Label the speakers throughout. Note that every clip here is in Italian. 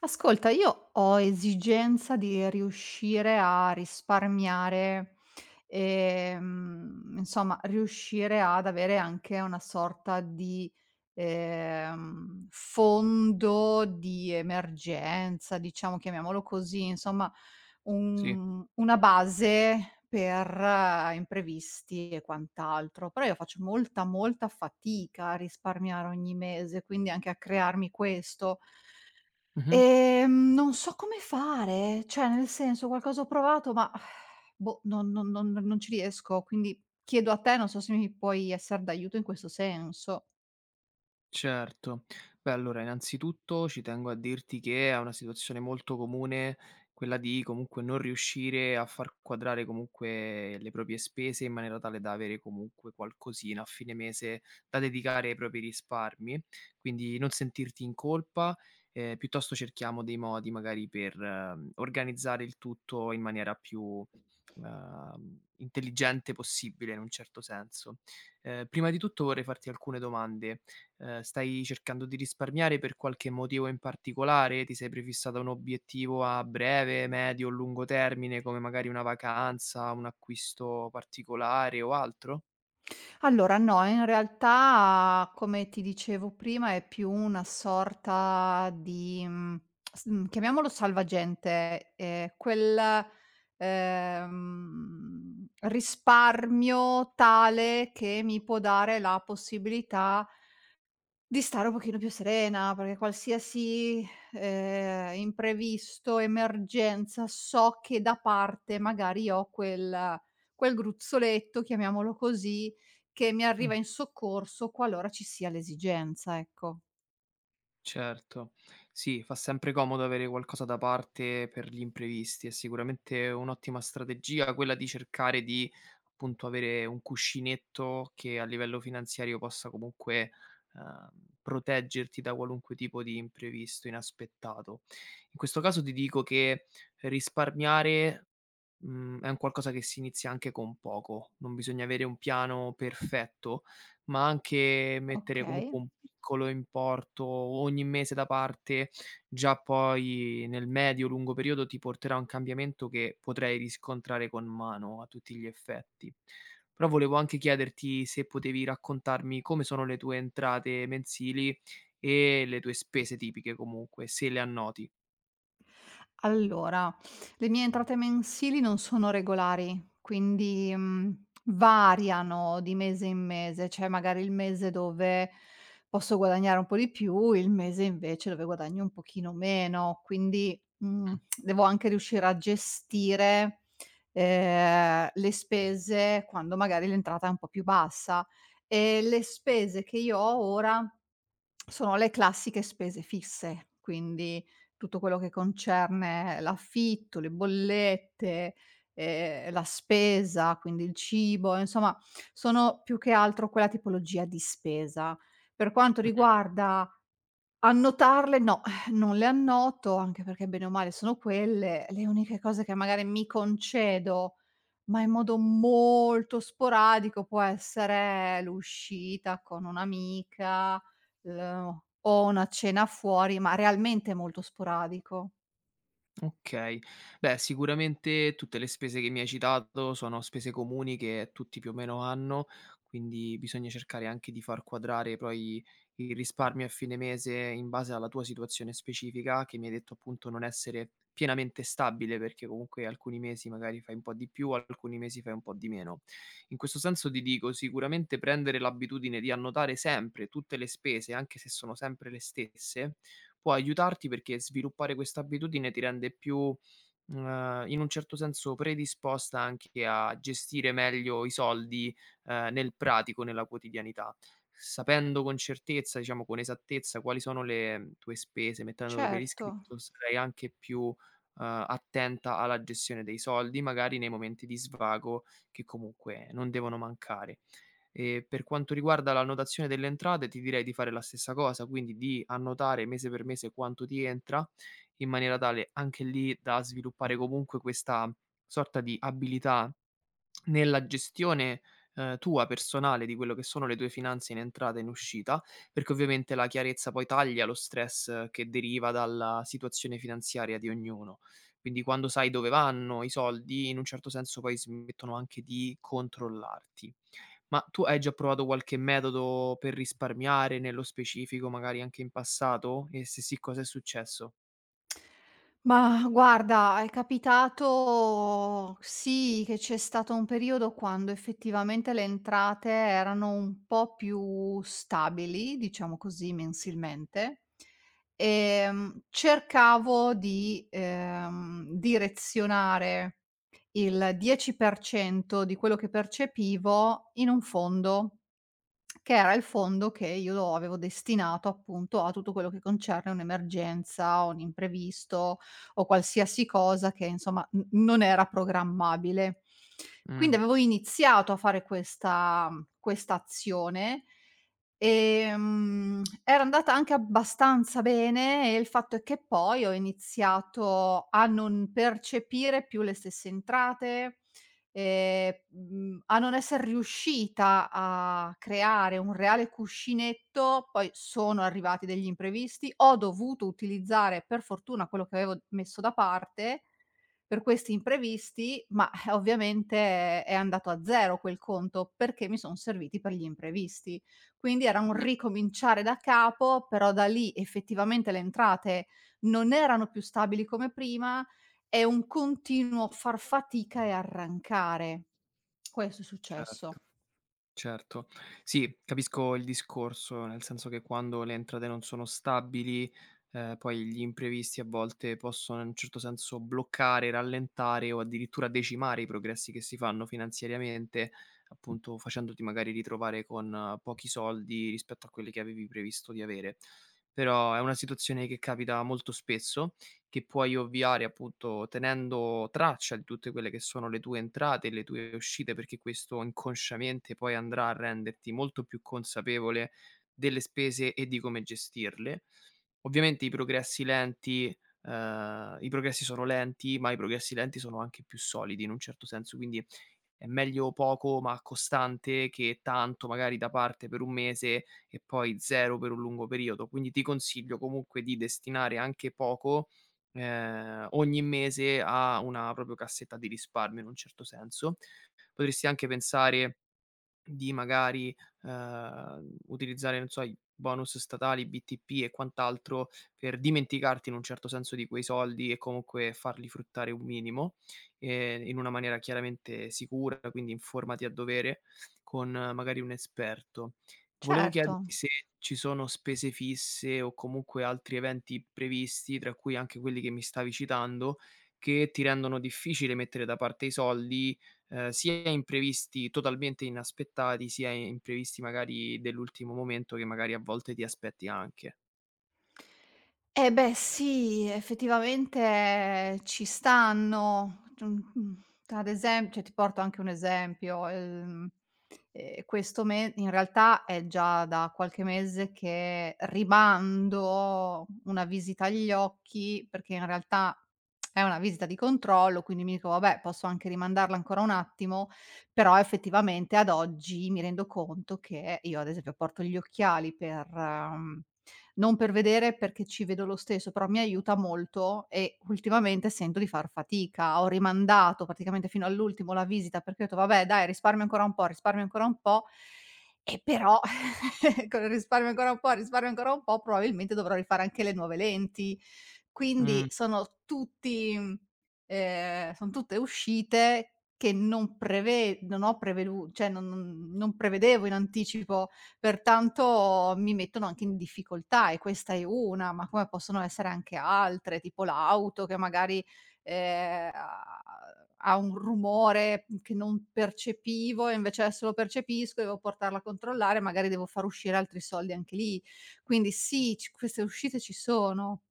Speaker 1: Ascolta, io ho esigenza di riuscire a risparmiare, insomma, riuscire ad avere anche una sorta di, fondo di emergenza, diciamo, chiamiamolo così, insomma,
Speaker 2: Sì.
Speaker 1: un una base per imprevisti e quant'altro. Però io faccio molta, molta fatica a risparmiare ogni mese, quindi anche a crearmi questo.
Speaker 2: Mh-mh.
Speaker 1: Non so come fare, cioè nel senso qualcosa ho provato ma boh, non ci riesco, quindi chiedo a te, non so se mi puoi esser d'aiuto in questo senso.
Speaker 2: Certo. Beh, allora innanzitutto ci tengo a dirti che è una situazione molto comune quella di comunque non riuscire a far quadrare comunque le proprie spese in maniera tale da avere comunque qualcosina a fine mese da dedicare ai propri risparmi, quindi non sentirti in colpa, piuttosto cerchiamo dei modi magari per organizzare il tutto in maniera più intelligente possibile in un certo senso. Prima di tutto vorrei farti alcune domande. Stai cercando di risparmiare per qualche motivo in particolare? Ti sei prefissata un obiettivo a breve, medio o lungo termine, come magari una vacanza, un acquisto particolare o altro?
Speaker 1: Allora no, in realtà come ti dicevo prima è più una sorta di, chiamiamolo salvagente, risparmio tale che mi può dare la possibilità di stare un pochino più serena, perché qualsiasi, imprevisto, emergenza, so che da parte magari ho quel gruzzoletto, chiamiamolo così, che mi arriva in soccorso qualora ci sia l'esigenza, ecco.
Speaker 2: Certo. Sì, fa sempre comodo avere qualcosa da parte per gli imprevisti. È sicuramente un'ottima strategia quella di cercare di, appunto, avere un cuscinetto che a livello finanziario possa comunque, ehm, proteggerti da qualunque tipo di imprevisto inaspettato. In questo caso ti dico che risparmiare è un qualcosa che si inizia anche con poco. Non bisogna avere un piano perfetto, ma anche mettere
Speaker 1: Okay.
Speaker 2: comunque un piccolo importo ogni mese da parte, già poi nel medio-lungo periodo ti porterà a un cambiamento che potrai riscontrare con mano a tutti gli effetti. Però volevo anche chiederti se potevi raccontarmi come sono le tue entrate mensili e le tue spese tipiche comunque, se le annoti.
Speaker 1: Allora, le mie entrate mensili non sono regolari, quindi, variano di mese in mese. C'è magari il mese dove posso guadagnare un po' di più, il mese invece dove guadagno un pochino meno, quindi, devo anche riuscire a gestire, le spese quando magari l'entrata è un po' più bassa. E le spese che io ho ora sono le classiche spese fisse, quindi tutto quello che concerne l'affitto, le bollette, la spesa, quindi il cibo, insomma sono più che altro quella tipologia di spesa. Per quanto
Speaker 2: Mh.
Speaker 1: riguarda, Annotarle no, non le annoto, anche perché bene o male sono quelle. Le uniche cose che magari mi concedo, ma in modo molto sporadico, può essere l'uscita con un'amica, l o una cena fuori, ma realmente molto sporadico.
Speaker 2: Okay. Beh, sicuramente tutte le spese che mi hai citato sono spese comuni che tutti più o meno hanno, quindi bisogna cercare anche di far quadrare poi il risparmio a fine mese in base alla tua situazione specifica, che mi hai detto appunto non essere pienamente stabile, perché comunque alcuni mesi magari fai un po' di più, alcuni mesi fai un po' di meno. In questo senso ti dico, sicuramente prendere l'abitudine di annotare sempre tutte le spese, anche se sono sempre le stesse, può aiutarti perché sviluppare questa abitudine ti rende più, in un certo senso predisposta anche a gestire meglio i soldi, nel pratico, nella quotidianità. Sapendo con certezza, diciamo con esattezza quali sono le tue spese, mettendole per
Speaker 1: Certo.
Speaker 2: iscritto, sarai anche più, attenta alla gestione dei soldi, magari nei momenti di svago che comunque non devono mancare. E per quanto riguarda l'annotazione delle entrate, ti direi di fare la stessa cosa, quindi di annotare mese per mese quanto ti entra, in maniera tale anche lì da sviluppare comunque questa sorta di abilità nella gestione tua personale di quello che sono le tue finanze in entrata e in uscita, perché ovviamente la chiarezza poi taglia lo stress che deriva dalla situazione finanziaria di ognuno. Quindi quando sai dove vanno i soldi, in un certo senso poi smettono anche di controllarti. Ma tu hai già provato qualche metodo per risparmiare, nello specifico, magari anche in passato? E se sì, cosa è successo?
Speaker 1: Mah, guarda, è capitato sì, che c'è stato un periodo quando effettivamente le entrate erano un po' più stabili, diciamo così, mensilmente. Cercavo di, direzionare il 10% di quello che percepivo in un fondo. Che era il fondo che io lo avevo destinato appunto a tutto quello che concerne un'emergenza, un imprevisto o qualsiasi cosa che insomma n non era programmabile. Quindi
Speaker 2: Mh.
Speaker 1: avevo iniziato a fare questa azione, era andata anche abbastanza bene e il fatto è che poi ho iniziato a non percepire più le stesse entrate a non esser riuscita a creare un reale cuscinetto, poi sono arrivati degli imprevisti, ho dovuto utilizzare per fortuna quello che avevo messo da parte per questi imprevisti, ma, ovviamente è andato a zero quel conto, perché mi son serviti per gli imprevisti. Quindi era un
Speaker 2: Mh.
Speaker 1: ricominciare da capo, però da lì effettivamente le entrate non erano più stabili come prima è un continuo far fatica e arrancare. Questo è
Speaker 2: Certo.
Speaker 1: successo.
Speaker 2: Certo. Sì, capisco il discorso, nel senso che quando le entrate non sono stabili, poi gli imprevisti a volte possono in un certo senso bloccare, rallentare o addirittura decimare i progressi che si fanno finanziariamente, appunto facendoti magari ritrovare con pochi soldi rispetto a quelli che avevi previsto di avere. Però è una situazione che capita molto spesso che puoi ovviare appunto tenendo traccia di tutte quelle che sono le tue entrate e le tue uscite, perché questo inconsciamente poi andrà a renderti molto più consapevole delle spese e di come gestirle. Ovviamente i progressi lenti, i progressi sono lenti, ma i progressi lenti sono anche più solidi in un certo senso, quindi è meglio poco ma costante che tanto magari da parte per un mese e poi 0 per un lungo periodo. Quindi ti consiglio comunque di destinare anche poco, ogni mese a una proprio cassetta di risparmio in un certo senso. Potresti anche pensare di magari, utilizzare, non so, i bonus statali, BTP e quant'altro per dimenticarti in un certo senso di quei soldi e comunque farli fruttare un minimo, in una maniera chiaramente sicura, quindi informati a dovere con magari un esperto. Volevo
Speaker 1: Certo.
Speaker 2: chiederti se ci sono spese fisse o comunque altri eventi previsti, tra cui anche quelli che mi stavi citando, che ti rendono difficile mettere da parte i soldi. Sia imprevisti totalmente inaspettati, sia imprevisti magari dell'ultimo momento che magari a volte ti aspetti anche.
Speaker 1: Eh beh sì, effettivamente ci stanno. Mhmm, ad esem Cioè ti porto anche un esempio, questo me in realtà è già da qualche mese che rimando una visita agli occhi, perché in realtà è una visita di controllo, quindi mi dico: "Vabbè, posso anche rimandarla ancora un attimo." Però effettivamente ad oggi mi rendo conto che io ad esempio porto gli occhiali per non per vedere perché ci vedo lo stesso, però mi aiuta molto e ultimamente sento di far fatica. Ho rimandato praticamente fino all'ultimo la visita perché ho detto: "Vabbè dai, risparmio ancora un po', risparmio ancora un po'", e però con il risparmio ancora un po', risparmio ancora un po', probabilmente dovrò rifare anche le nuove lenti. Quindi
Speaker 2: Mh.
Speaker 1: son tutte uscite che non ho prevelu cioè non prevedevo in anticipo, pertanto mi mettono anche in difficoltà e questa è una, ma come possono essere anche altre, tipo l'auto che magari, ha un rumore che non percepivo e invece adesso lo percepisco e devo portarla a controllare, magari devo far uscire altri soldi anche lì. Quindi sì, ci queste uscite ci sono.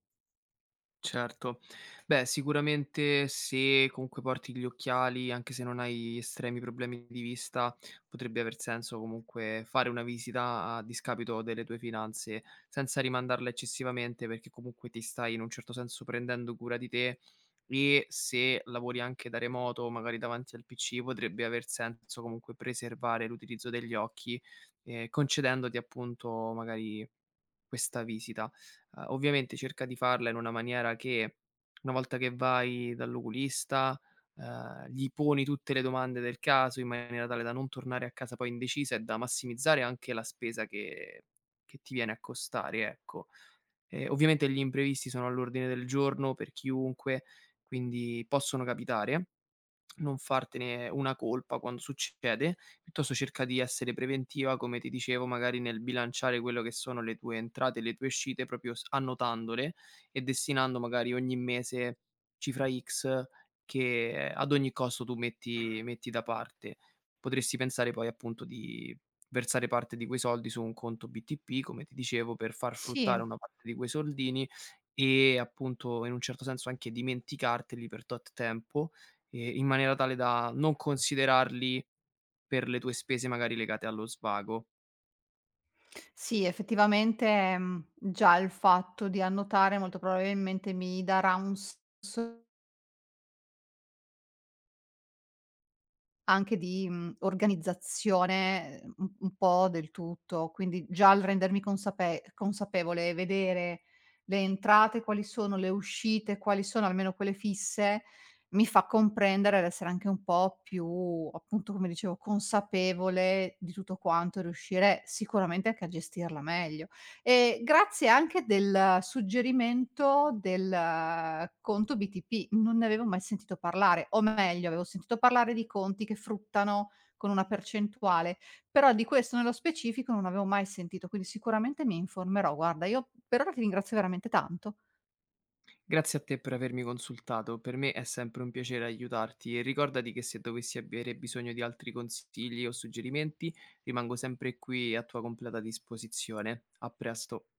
Speaker 2: Certo. Beh, sicuramente se comunque porti gli occhiali, anche se non hai estremi problemi di vista, potrebbe aver senso comunque fare una visita a discapito delle tue finanze, senza rimandarla eccessivamente, perché comunque ti stai in un certo senso prendendo cura di te e se lavori anche da remoto, magari davanti al PC, potrebbe aver senso comunque preservare l'utilizzo degli occhi, concedendoti appunto magari questa visita. Ovviamente cerca di farla in una maniera che, una volta che vai dall'oculista, gli poni tutte le domande del caso in maniera tale da non tornare a casa poi indecisa e da massimizzare anche la spesa che ti viene a costare, ecco. Ovviamente gli imprevisti sono all'ordine del giorno per chiunque, quindi possono capitare, non fartene una colpa quando succede, piuttosto cerca di essere preventiva, come ti dicevo, magari nel bilanciare quello che sono le tue entrate e le tue uscite, proprio s annotandole e destinando magari ogni mese cifra X che ad ogni costo tu metti da parte. Potresti pensare poi appunto di versare parte di quei soldi su un conto BTP, come ti dicevo, per far
Speaker 1: Sì.
Speaker 2: fruttare una parte di quei soldini e appunto in un certo senso anche dimenticarteli per tot tempo, in maniera tale da non considerarli per le tue spese magari legate allo svago.
Speaker 1: Sì, effettivamente, già il fatto di annotare molto probabilmente mi darà un senso anche di, organizzazione, un po' del tutto. Quindi già il rendermi consapevole e vedere le entrate, quali sono, le uscite, quali sono, almeno quelle fisse, mi fa comprendere ed essere anche un po' più, appunto, come dicevo, consapevole di tutto quanto e riuscire sicuramente anche a gestirla meglio. Grazie anche del suggerimento del conto BTP, non ne avevo mai sentito parlare, o meglio avevo sentito parlare di conti che fruttano con una percentuale, però di questo nello specifico non avevo mai sentito, quindi sicuramente mi informerò. Guarda, io per ora ti ringrazio veramente tanto.
Speaker 2: Grazie a te per avermi consultato, per me è sempre un piacere aiutarti e ricordati che se dovessi avere bisogno di altri consigli o suggerimenti rimango sempre qui a tua completa disposizione. A presto.